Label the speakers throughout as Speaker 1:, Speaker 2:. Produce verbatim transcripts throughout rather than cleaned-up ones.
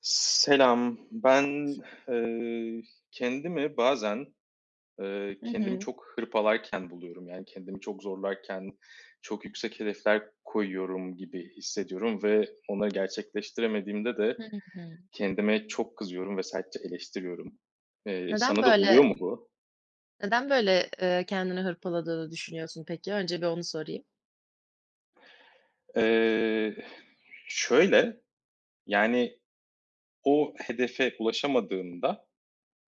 Speaker 1: Selam. Ben, eee, kendimi bazen, eee,
Speaker 2: Hı
Speaker 1: kendimi
Speaker 2: hı.
Speaker 1: çok hırpalarken buluyorum. Yani, kendimi çok zorlarken, çok yüksek hedefler koyuyorum gibi hissediyorum ve onları gerçekleştiremediğimde de
Speaker 2: Hı hı.
Speaker 1: kendime çok kızıyorum ve sertçe eleştiriyorum. Eee,
Speaker 2: Neden
Speaker 1: sana da
Speaker 2: böyle
Speaker 1: oluyor mu bu?
Speaker 2: neden böyle, eee, kendini hırpaladığını düşünüyorsun peki? Önce bir onu sorayım.
Speaker 1: Eee, Şöyle, yani, o hedefe ulaşamadığımda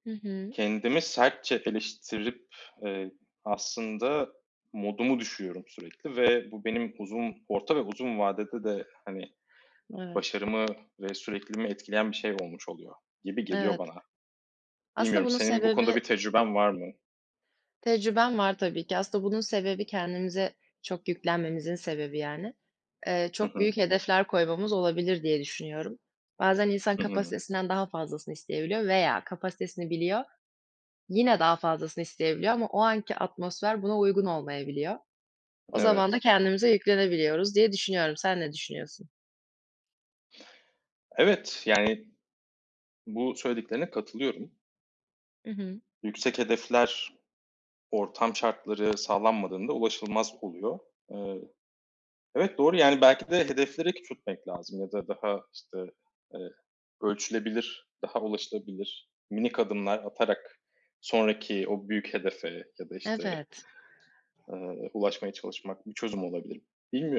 Speaker 2: Hı hı.
Speaker 1: kendimi sertçe eleştirip, eee, aslında modumu düşüyorum sürekli ve bu benim uzun orta ve uzun vadede de, hani,
Speaker 2: Evet,
Speaker 1: başarımı ve sürekliliğimi etkileyen bir şey olmuş oluyor gibi geliyor
Speaker 2: evet.
Speaker 1: bana.
Speaker 2: Aslında
Speaker 1: Bilmiyorum,
Speaker 2: bunun
Speaker 1: senin bu konuda
Speaker 2: sebebi
Speaker 1: bir tecrüben var mı?
Speaker 2: Tecrüben var tabii ki. Aslında bunun sebebi kendimize çok yüklenmemizin sebebi yani. Eee,
Speaker 1: Hı
Speaker 2: çok büyük
Speaker 1: hı.
Speaker 2: hedefler koymamız olabilir diye düşünüyorum. Bazen insan
Speaker 1: Hı hı.
Speaker 2: kapasitesinden daha fazlasını isteyebiliyor veya kapasitesini biliyor, yine daha fazlasını isteyebiliyor ama o anki atmosfer buna uygun olmayabiliyor. O zaman da
Speaker 1: Evet.
Speaker 2: kendimize yüklenebiliyoruz diye düşünüyorum. Sen ne düşünüyorsun?
Speaker 1: Evet, yani, bu söylediklerine katılıyorum.
Speaker 2: Hı hı.
Speaker 1: Yüksek hedefler ortam şartları sağlanmadığında ulaşılmaz oluyor. Eee Evet, doğru. Yani belki de hedefleri küçültmek lazım ya da daha, işte, eee, ölçülebilir, daha ulaşılabilir minik adımlar atarak sonraki o büyük hedefe ya da, işte,
Speaker 2: Evet,
Speaker 1: eee, ulaşmaya çalışmak bir çözüm olabilir.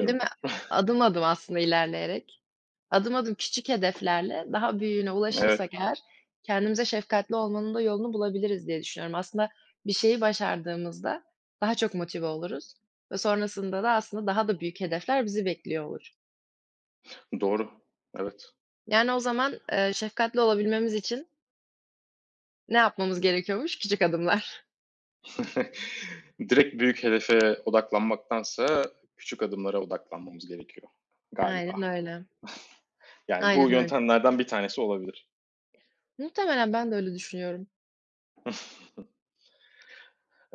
Speaker 2: değil mi? Adım adım aslında ilerleyerek, adım adım küçük hedeflerle daha büyüğüne
Speaker 1: Evet,
Speaker 2: ulaşırsak eğer kendimize şefkatli olmanın da yolunu bulabiliriz diye düşünüyorum. Aslında bir şeyi başardığımızda daha çok motive oluruz ve sonrasında da aslında daha da büyük hedefler bizi bekliyor olur.
Speaker 1: doğru. Evet.
Speaker 2: Yani o zaman, eee, şefkatli olabilmemiz için ne yapmamız gerekiyormuş? Küçük adımlar.
Speaker 1: Direkt büyük hedefe odaklanmaktansa küçük adımlara odaklanmamız gerekiyor galiba.
Speaker 2: Aynen öyle.
Speaker 1: Yani bu
Speaker 2: Aynen öyle.
Speaker 1: yöntemlerden bir tanesi olabilir.
Speaker 2: Muhtemelen ben de öyle düşünüyorum.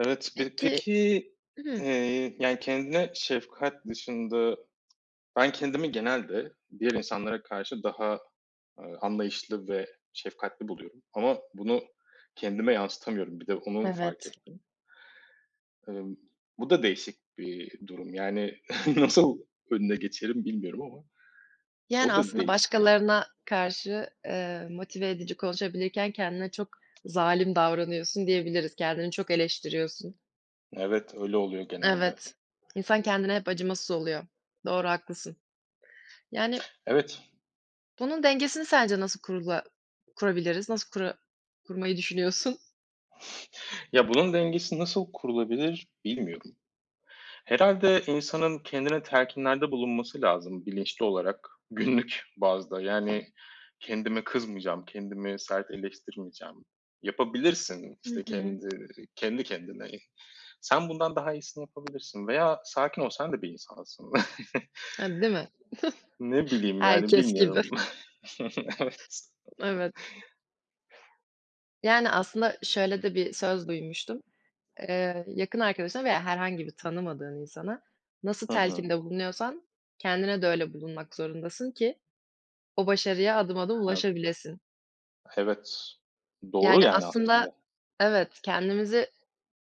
Speaker 1: Evet, pe
Speaker 2: Peki,
Speaker 1: peki,
Speaker 2: hıı.
Speaker 1: eee, yani kendine şefkat dışında ben kendimi genelde diğer insanlara karşı daha, eee, anlayışlı ve şefkatli buluyorum ama bunu kendime yansıtamıyorum. Bir de onu fark
Speaker 2: Evet.
Speaker 1: ettim. Emm, bu da değişik bir durum. Yani nasıl önüne geçerim bilmiyorum ama
Speaker 2: Yani,
Speaker 1: o da
Speaker 2: aslında
Speaker 1: değişik.
Speaker 2: başkalarına karşı, eee, motive edici konuşabilirken kendine çok zalim davranıyorsun diyebiliriz. Kendini çok eleştiriyorsun.
Speaker 1: Evet, öyle oluyor genelde.
Speaker 2: Evet. İnsan kendine hep acımasız oluyor. Doğru, haklısın. Yani,
Speaker 1: Evet,
Speaker 2: bunun dengesini sence nasıl kurula kurabiliriz? Nasıl kura kurmayı düşünüyorsun?
Speaker 1: ya bunun dengesi nasıl kurulabilir bilmiyorum. Herhalde insanın kendine telkinlerde bulunması lazım bilinçli olarak, günlük bazda. Yani, kendime kızmayacağım, kendimi sert eleştirmeyeceğim. Yapabilirsin,
Speaker 2: Hı
Speaker 1: işte,
Speaker 2: hı.
Speaker 1: kendi kendi kendine. Sen bundan daha iyisini yapabilirsin veya sakin ol, sen de bir insansın.
Speaker 2: Ha, değil mi?
Speaker 1: Ne bileyim, yani,
Speaker 2: Herkes gibi.
Speaker 1: bilmiyorum. Evet.
Speaker 2: Evet. Yani, aslında şöyle de bir söz duymuştum. Eee, yakın arkadaşına veya herhangi bir tanımadığın insana nasıl
Speaker 1: Hı hı.
Speaker 2: telkinde bulunuyorsan kendine de öyle bulunmak zorundasın ki o başarıya adım adım
Speaker 1: Ev
Speaker 2: ulaşabilesin.
Speaker 1: evet. Doğru,
Speaker 2: Yani
Speaker 1: yani,
Speaker 2: aslında
Speaker 1: aslında.
Speaker 2: evet, kendimizi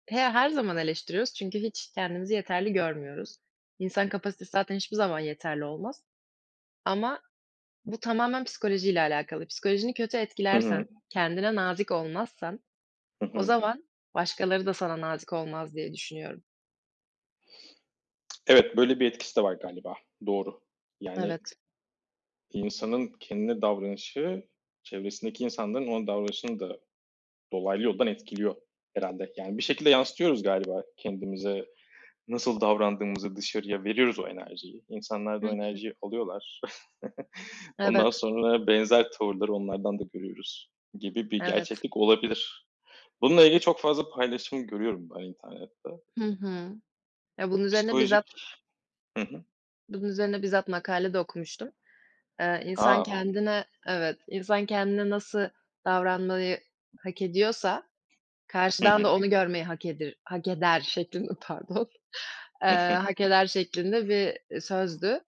Speaker 2: he her zaman eleştiriyoruz çünkü hiç kendimizi yeterli görmüyoruz. İnsan kapasitesi zaten hiçbir zaman yeterli olmaz ama bu tamamen psikolojiyle alakalı. Psikolojini kötü
Speaker 1: Hı
Speaker 2: etkilersen,
Speaker 1: hı.
Speaker 2: kendine nazik olmazsan
Speaker 1: Hı
Speaker 2: o
Speaker 1: hı.
Speaker 2: zaman başkaları da sana nazik olmaz diye düşünüyorum.
Speaker 1: Evet, böyle bir etkisi de var galiba. Doğru. Yani
Speaker 2: Evet.
Speaker 1: İnsanın kendine davranışı, çevresindeki insanların ona davranışını da dolaylı yoldan etkiliyor herhalde. Yani bir şekilde yansıtıyoruz galiba kendimize, nasıl davrandığımızı dışarıya veriyoruz o enerjiyi. İnsanlar da
Speaker 2: Hı
Speaker 1: o
Speaker 2: hı.
Speaker 1: enerjiyi alıyorlar. Ondan
Speaker 2: Evet,
Speaker 1: sonra benzer tavırları onlardan da görüyoruz gibi bir
Speaker 2: evet.
Speaker 1: gerçeklik olabilir. Bununla ilgili çok fazla paylaşım görüyorum ben internette.
Speaker 2: Hı hı. Ya, bunun üzerine bizzat
Speaker 1: Psikolojik Hı hı.
Speaker 2: bunun üzerine bizzat makale de okumuştum. Eee, insan
Speaker 1: A!
Speaker 2: kendine Evet, insan kendine nasıl davranmayı hak ediyorsa
Speaker 1: Hı
Speaker 2: karşıdan
Speaker 1: hı.
Speaker 2: da onu görmeyi hak edir hak eder şeklinde pardon, eee,
Speaker 1: Hı hı.
Speaker 2: hak eder şeklinde bir, sözdü.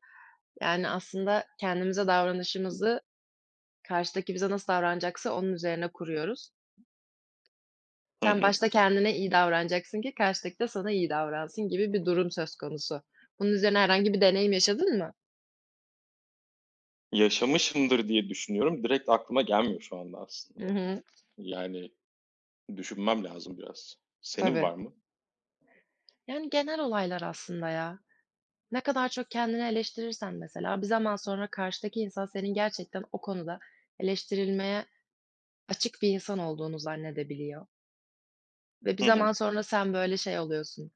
Speaker 2: Yani, aslında kendimize davranışımızı karşıdaki bize nasıl davranacaksa onun üzerine kuruyoruz.
Speaker 1: Hı
Speaker 2: Sen
Speaker 1: hı.
Speaker 2: başta kendine iyi davranacaksın ki karşıdaki de sana iyi davransın gibi bir durum söz konusu. Bunun üzerine herhangi bir deneyim yaşadın mı?
Speaker 1: Yaşamışımdır diye düşünüyorum. Direkt aklıma gelmiyor şu anda
Speaker 2: Hı
Speaker 1: aslında.
Speaker 2: hı.
Speaker 1: Yani, düşünmem lazım biraz. Senin
Speaker 2: Tabii.
Speaker 1: var mı?
Speaker 2: Yani genel olaylar aslında ya. Ne kadar çok kendini eleştirirsen mesela bir zaman sonra karşıdaki insan senin gerçekten o konuda eleştirilmeye açık bir insan olduğunu zannedebiliyor ve bir
Speaker 1: Hı
Speaker 2: zaman
Speaker 1: hı.
Speaker 2: sonra sen böyle şey oluyorsun,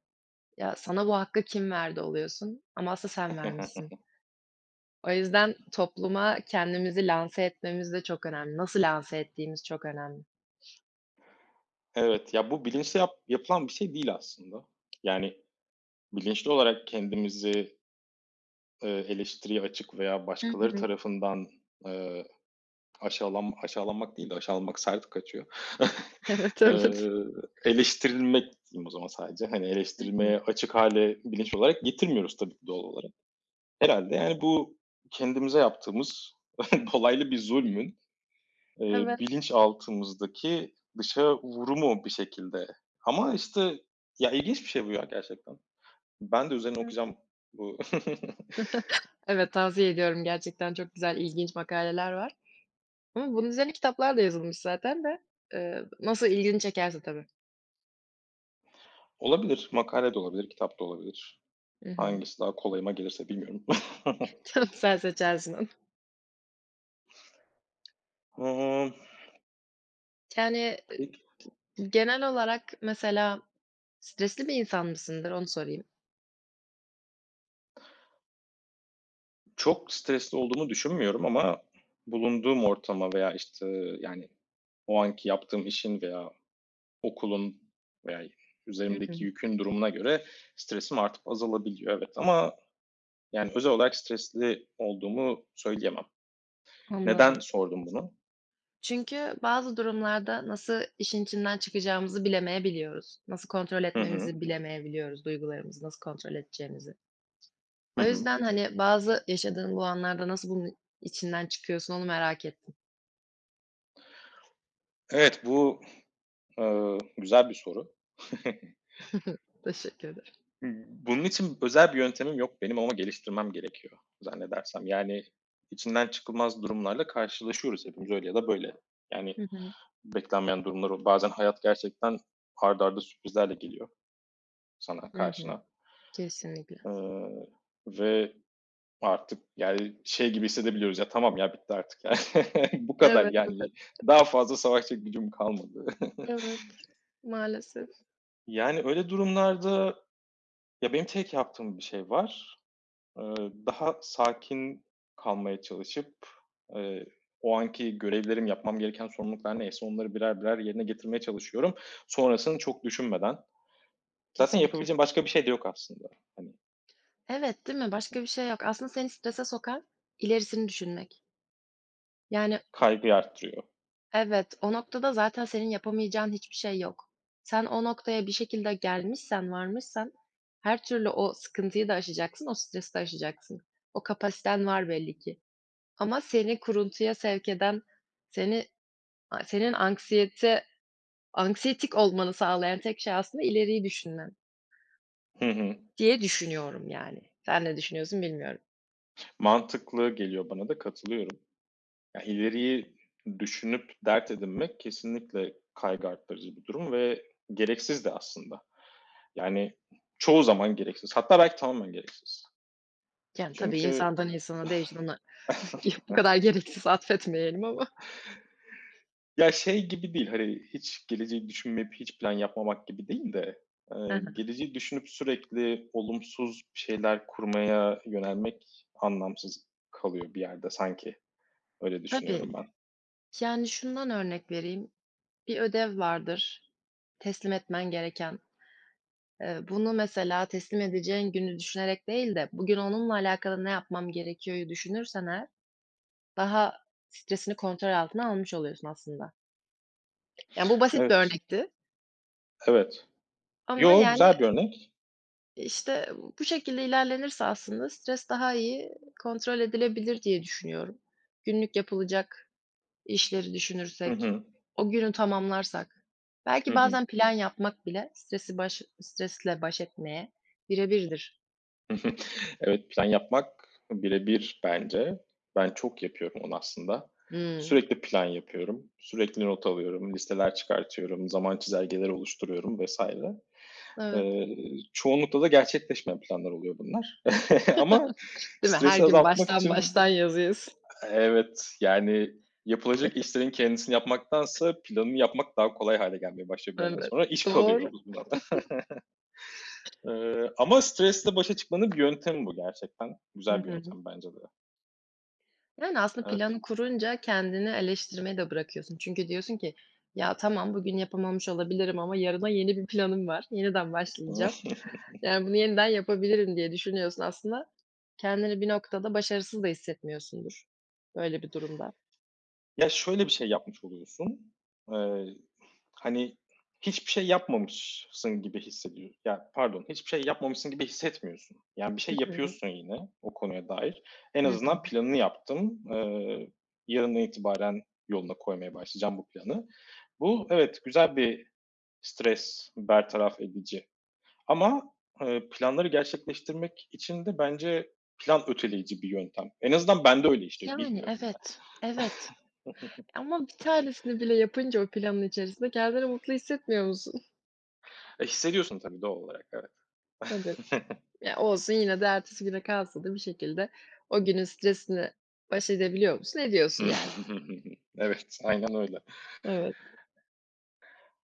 Speaker 2: "Ya, sana bu hakkı kim verdi?" oluyorsun ama aslında sen vermişsin. O yüzden topluma kendimizi lanse etmemiz de çok önemli. Nasıl lanse ettiğimiz çok önemli.
Speaker 1: Evet, ya, bu bilinçli yap yapılan bir şey değil aslında. Yani, bilinçli olarak kendimizi, eee, eleştiriye açık veya
Speaker 2: Hı
Speaker 1: başkaları
Speaker 2: hı.
Speaker 1: tarafından, eee, aşağılan aşağılanmak değil de aşağılanmak sert kaçıyor.
Speaker 2: Evet, evet.
Speaker 1: Eee, eleştirilmek diyeyim o zaman sadece. Hani,
Speaker 2: Hı hı.
Speaker 1: eleştirilmeye açık hale bilinç olarak getirmiyoruz tabii ki doğal olarak. Herhalde yani, bu kendimize yaptığımız dolaylı bir zulmün Eee,
Speaker 2: Evet,
Speaker 1: bilinçaltımızdaki dışa vurumu bir şekilde. Ama, işte, ya, ilginç bir şey bu ya gerçekten. Ben de üzerine
Speaker 2: evet.
Speaker 1: okuyacağım bu.
Speaker 2: Evet, tavsiye ediyorum gerçekten çok güzel, ilginç makaleler var. Ama bunun üzerine kitaplar da yazılmış zaten de, eee, nasıl ilgini çekerse tabii.
Speaker 1: Olabilir, makale de olabilir, kitap da olabilir.
Speaker 2: Hı hı.
Speaker 1: Hangisi daha kolayıma gelirse bilmiyorum.
Speaker 2: Sen seçersin onu.
Speaker 1: Iıı,
Speaker 2: Yani,
Speaker 1: peki
Speaker 2: ııı, genel olarak mesela stresli bir insan mısındır? Onu sorayım.
Speaker 1: çok stresli olduğumu düşünmüyorum ama bulunduğum ortama veya, işte, yani, o anki yaptığım işin veya okulun veya
Speaker 2: Hı
Speaker 1: üzerimdeki
Speaker 2: hı,
Speaker 1: yükün durumuna göre stresim artıp azalabiliyor, evet. Ama yani özel olarak stresli olduğumu söyleyemem. Neden
Speaker 2: anladım.
Speaker 1: sordum bunu?
Speaker 2: Çünkü bazı durumlarda nasıl işin içinden çıkacağımızı bilemeyebiliyoruz. Nasıl kontrol
Speaker 1: Hı hı.
Speaker 2: etmemizi bilemeyebiliyoruz, duygularımızı nasıl kontrol edeceğimizi. O
Speaker 1: Hı hı.
Speaker 2: yüzden, hani, bazı yaşadığın bu anlarda nasıl bunun içinden çıkıyorsun onu merak ettim.
Speaker 1: Evet, bu, eee, güzel bir soru.
Speaker 2: Teşekkür ederim.
Speaker 1: Bunun için özel bir yöntemim yok benim ama geliştirmem gerekiyor zannedersem. Yani içinden çıkılmaz durumlarla karşılaşıyoruz hepimiz öyle ya da böyle.
Speaker 2: Hı
Speaker 1: Yani
Speaker 2: hı.
Speaker 1: beklenmeyen durumlar o bazen hayat gerçekten art arda sürprizlerle geliyor sana,
Speaker 2: Hı hı.
Speaker 1: karşına,
Speaker 2: Kesinlikle.
Speaker 1: eee, ve artık yani şey gibi hissedebiliyoruz, "Ya, tamam ya, bitti artık." Yani bu kadar
Speaker 2: Evet,
Speaker 1: yani
Speaker 2: evet,
Speaker 1: daha fazla savaşacak gücüm kalmadı.
Speaker 2: evet. Maalesef.
Speaker 1: Yani öyle durumlarda ya benim tek yaptığım bir şey var. Eee, daha sakin kalmaya çalışıp, eee, o anki görevlerim, yapmam gereken sorumluluklar neyse onları birer birer yerine getirmeye çalışıyorum. Sonrasını çok düşünmeden. Zaten
Speaker 2: Kesinlikle.
Speaker 1: yapabileceğim başka bir şey de yok aslında. Hani
Speaker 2: Evet, değil mi? Başka bir şey yok. Aslında seni strese sokan ilerisini düşünmek. Yani
Speaker 1: kaygıyı arttırıyor.
Speaker 2: evet, o noktada zaten senin yapamayacağın hiçbir şey yok. Sen o noktaya bir şekilde gelmişsen, varmışsan her türlü o sıkıntıyı da aşacaksın, o stresi de aşacaksın. O kapasiten var belli ki. Ama seni kuruntuya sevk eden, seni a senin anksiyete anksiyetik olmanı sağlayan tek şey aslında ileriyi düşünmen
Speaker 1: Hı hı.
Speaker 2: diye düşünüyorum yani. Sen ne düşünüyorsun bilmiyorum.
Speaker 1: Mantıklı geliyor bana da katılıyorum. Ya, ileriyi düşünüp dert edinmek kesinlikle kaygı arttırıcı bir durum ve gereksiz de aslında. Yani çoğu zaman gereksiz. Hatta belki tamamen gereksiz.
Speaker 2: Yani, tabii
Speaker 1: Çünkü
Speaker 2: insandan insana değişir ona bu kadar gereksiz atfetmeyelim ama.
Speaker 1: ya, şey gibi değil, hani, hiç geleceği düşünmeyip hiç plan yapmamak gibi değil de,
Speaker 2: Hı
Speaker 1: eee,
Speaker 2: hı.
Speaker 1: geleceği düşünüp sürekli olumsuz şeyler kurmaya yönelmek anlamsız kalıyor bir yerde sanki. Öyle
Speaker 2: Tabii.
Speaker 1: düşünüyorum ben.
Speaker 2: Yani, şundan örnek vereyim. Bir ödev vardır teslim etmen gereken. Eee, bunu mesela teslim edeceğin günü düşünerek değil de bugün onunla alakalı ne yapmam gerekiyor'yu düşünürsen eğer daha stresini kontrol altına almış oluyorsun aslında. Yani, bu basit bir
Speaker 1: Evet,
Speaker 2: örnekti
Speaker 1: evet.
Speaker 2: ama,
Speaker 1: Yo,
Speaker 2: yani,
Speaker 1: güzel bir örnek.
Speaker 2: işte, bu şekilde ilerlenirse aslında stres daha iyi kontrol edilebilir diye düşünüyorum. Günlük yapılacak işleri
Speaker 1: Hı
Speaker 2: düşünürsek,
Speaker 1: hı.
Speaker 2: o günü tamamlarsak,
Speaker 1: Hı
Speaker 2: belki
Speaker 1: hı.
Speaker 2: bazen plan yapmak bile stresi baş stresle baş etmeye bire birdir.
Speaker 1: Evet, plan yapmak birebir bence. Ben çok yapıyorum onu aslında. Sürekli plan yapıyorum. Sürekli not alıyorum, listeler çıkartıyorum, zaman çizelgeleri oluşturuyorum vesaire.
Speaker 2: Evet.
Speaker 1: Eee, çoğunlukla da gerçekleşmeyen planlar oluyor bunlar. Ama
Speaker 2: Değil mi? Her
Speaker 1: stresi
Speaker 2: gün
Speaker 1: azaltmak
Speaker 2: baştan
Speaker 1: için
Speaker 2: baştan yazıyorsun.
Speaker 1: evet, yani yapılacak işlerin kendisini yapmaktansa planını yapmak daha kolay hale gelmeye başlıyor bir yerden
Speaker 2: Evet,
Speaker 1: sonra. İş kalıyor
Speaker 2: doğru.
Speaker 1: bundan. Ee, ama stresle başa çıkmanın bir yöntemi bu gerçekten.
Speaker 2: Hı
Speaker 1: Güzel bir
Speaker 2: hı.
Speaker 1: yöntem bence de.
Speaker 2: Yani, aslında
Speaker 1: Evet.
Speaker 2: planı kurunca kendini eleştirmeyi de bırakıyorsun. Çünkü diyorsun ki, "Ya, tamam, bugün yapamamış olabilirim ama yarına yeni bir planım var. Yeniden başlayacağım. Yani, bunu yeniden yapabilirim." diye düşünüyorsun aslında. Kendini bir noktada başarısız da hissetmiyorsundur böyle bir durumda.
Speaker 1: Ya şöyle bir şey yapmış oluyorsun. Eee, hani hiçbir şey yapmamışsın gibi hissediyorsun. Ya pardon, hiçbir şey yapmamışsın gibi hissetmiyorsun. Yani bir
Speaker 2: Hı
Speaker 1: şey
Speaker 2: hı.
Speaker 1: yapıyorsun yine o konuya dair. En
Speaker 2: Hı hı.
Speaker 1: azından planını yaptım. Eee yarından itibaren yoluna koymaya başlayacağım bu planı. Bu evet güzel bir stres bertaraf edici. Ama, eee, planları gerçekleştirmek için de bence plan öteleyici bir yöntem. En azından bende öyle işliyor,
Speaker 2: Yani,
Speaker 1: bilmiyorum ya.
Speaker 2: evet, evet ama bir tanesini bile yapınca o planın içerisinde kendini mutlu hissetmiyor musun?
Speaker 1: E, hissediyorsun tabii doğal olarak, evet.
Speaker 2: Tabii. Ya, olsun yine de ertesi güne kalsa da bir şekilde o günün stresini baş edebiliyor musun? Ne diyorsun yani.
Speaker 1: Evet, aynen öyle.
Speaker 2: Evet.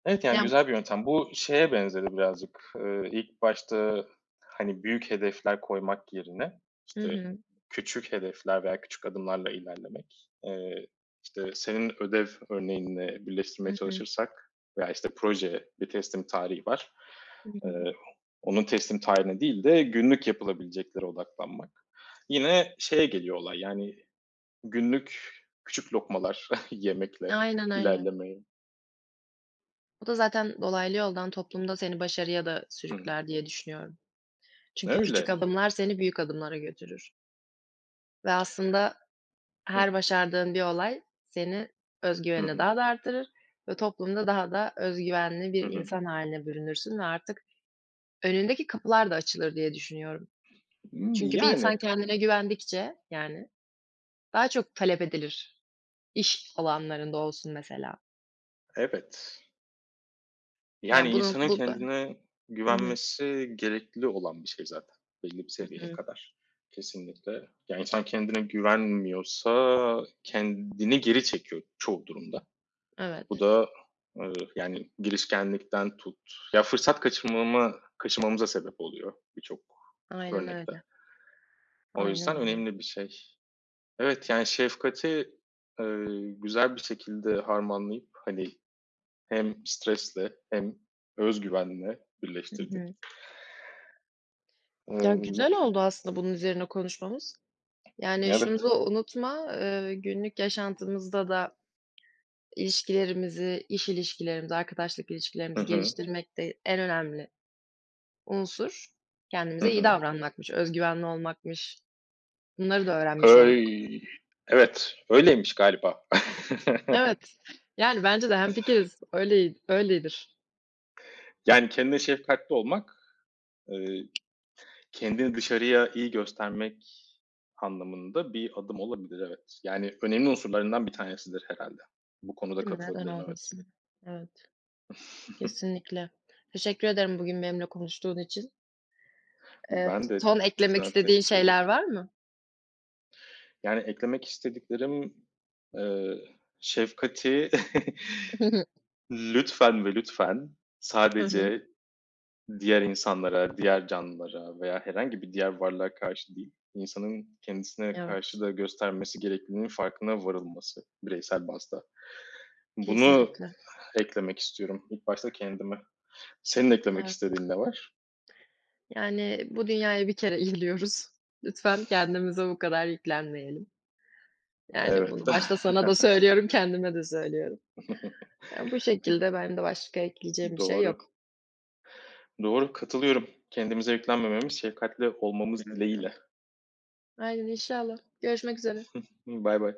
Speaker 1: Evet, yani
Speaker 2: Ya,
Speaker 1: güzel bir yöntem. Bu şeye benzedi birazcık. Eee, ilk başta, hani, büyük hedefler koymak yerine,
Speaker 2: hı
Speaker 1: işte,
Speaker 2: hı.
Speaker 1: küçük hedefler veya küçük adımlarla ilerlemek. Eee, işte, senin ödev örneğinle birleştirmeye
Speaker 2: Hı hı.
Speaker 1: çalışırsak veya, işte, proje bir teslim tarihi var.
Speaker 2: Hı hı.
Speaker 1: Eee, onun teslim tarihine değil de günlük yapılabileceklere odaklanmak. Yine şeye geliyor olay, yani, günlük küçük lokmalar yemekle
Speaker 2: Aynen öyle.
Speaker 1: ilerlemeye.
Speaker 2: Bu da zaten dolaylı yoldan toplumda seni başarıya da
Speaker 1: Hıı.
Speaker 2: sürükler diye düşünüyorum. Çünkü küçük
Speaker 1: Öyle.
Speaker 2: adımlar seni büyük adımlara götürür ve aslında her başardığın bir olay seni öz
Speaker 1: Hı hı.
Speaker 2: daha da artırır ve toplumda daha da özgüvenli bir
Speaker 1: Hı hı.
Speaker 2: insan haline bürünürsün ve artık önündeki kapılar da açılır diye düşünüyorum.
Speaker 1: Imm,
Speaker 2: Çünkü bir insan
Speaker 1: yani,
Speaker 2: kendine güvendikçe, yani, daha çok talep edilir iş alanlarında olsun mesela.
Speaker 1: evet. Yani,
Speaker 2: Yani, bunu
Speaker 1: insanın
Speaker 2: bu da
Speaker 1: kendine
Speaker 2: hı hı.
Speaker 1: güvenmesi gerekli olan bir şey zaten belli bir
Speaker 2: Hı
Speaker 1: seviyeye
Speaker 2: hı.
Speaker 1: kadar. Kesinlikle. Ya, insan kendine güvenmiyorsa kendini geri çekiyor çoğu durumda. Bu
Speaker 2: Evet,
Speaker 1: da, eee, yani, girişkenlikten tut ya, fırsat kaçırmama kaçırmamıza sebep oluyor birçok
Speaker 2: aynen
Speaker 1: örnekte.
Speaker 2: öyle,
Speaker 1: O
Speaker 2: aynen
Speaker 1: yüzden
Speaker 2: öyle.
Speaker 1: önemli bir şey. Evet, yani, şefkati, eee, güzel bir şekilde harmanlayıp, hani, hem stresle hem özgüvenle
Speaker 2: Hı
Speaker 1: birleştirdik.
Speaker 2: hı. Ya,
Speaker 1: Eee,
Speaker 2: güzel oldu aslında bunun üzerine konuşmamız. Yani,
Speaker 1: evet.
Speaker 2: şunu da unutma, eee, günlük yaşantımızda da ilişkilerimizi, iş ilişkilerimizi, arkadaşlık
Speaker 1: Hı
Speaker 2: ilişkilerimizi
Speaker 1: hı.
Speaker 2: geliştirmek de en önemli unsur
Speaker 1: Hı
Speaker 2: kendimize iyi
Speaker 1: hı.
Speaker 2: davranmakmış, öz güvenli olmakmış. Bunları da öğrenmiş olduk.
Speaker 1: Öy evet, öyleymiş galiba.
Speaker 2: Evet, yani, bence de hemfikiriz. Öyle öyledir.
Speaker 1: Yani, kendine şefkatli olmak, eee, kendini dışarıya iyi göstermek anlamında bir adım olabilir, evet. Yani, önemli unsurlarından bir tanesidir herhalde. Bu konuda
Speaker 2: Değil mi? Neden
Speaker 1: katılabilirim, evet.
Speaker 2: olmasın? Evet, kesinlikle. Teşekkür ederim bugün benimle konuştuğun için. Eee,
Speaker 1: Ben de
Speaker 2: son eklemek
Speaker 1: sana
Speaker 2: istediğin
Speaker 1: teşekkür
Speaker 2: şeyler
Speaker 1: ederim.
Speaker 2: var mı?
Speaker 1: Yani, eklemek istediklerim, eee, şefkati lütfen ve lütfen
Speaker 2: Hı hı.
Speaker 1: sadece diğer insanlara, diğer canlılara veya herhangi bir diğer varlığa karşı değil, insanın kendisine
Speaker 2: Evet,
Speaker 1: karşı da göstermesi gerektiğinin farkına varılması bireysel bazda. Bunu
Speaker 2: kesinlikle.
Speaker 1: eklemek istiyorum İlk başta kendime. Senin eklemek
Speaker 2: Evet.
Speaker 1: istediğin ne var?
Speaker 2: Yani, bu dünyaya bir kere geliyoruz. Lütfen kendimize bu kadar yüklenmeyelim. Yani,
Speaker 1: Evet.
Speaker 2: bunu başta sana da söylüyorum, kendime de söylüyorum. Ya, bu şekilde benim de başka ekleyeceğim bir şey yok.
Speaker 1: Doğru. Doğru, katılıyorum. Kendimize yüklenmememiz, şefkatli olmamız
Speaker 2: Aynen.
Speaker 1: dileğiyle.
Speaker 2: Aynen, inşallah. Görüşmek üzere.
Speaker 1: Bay bay.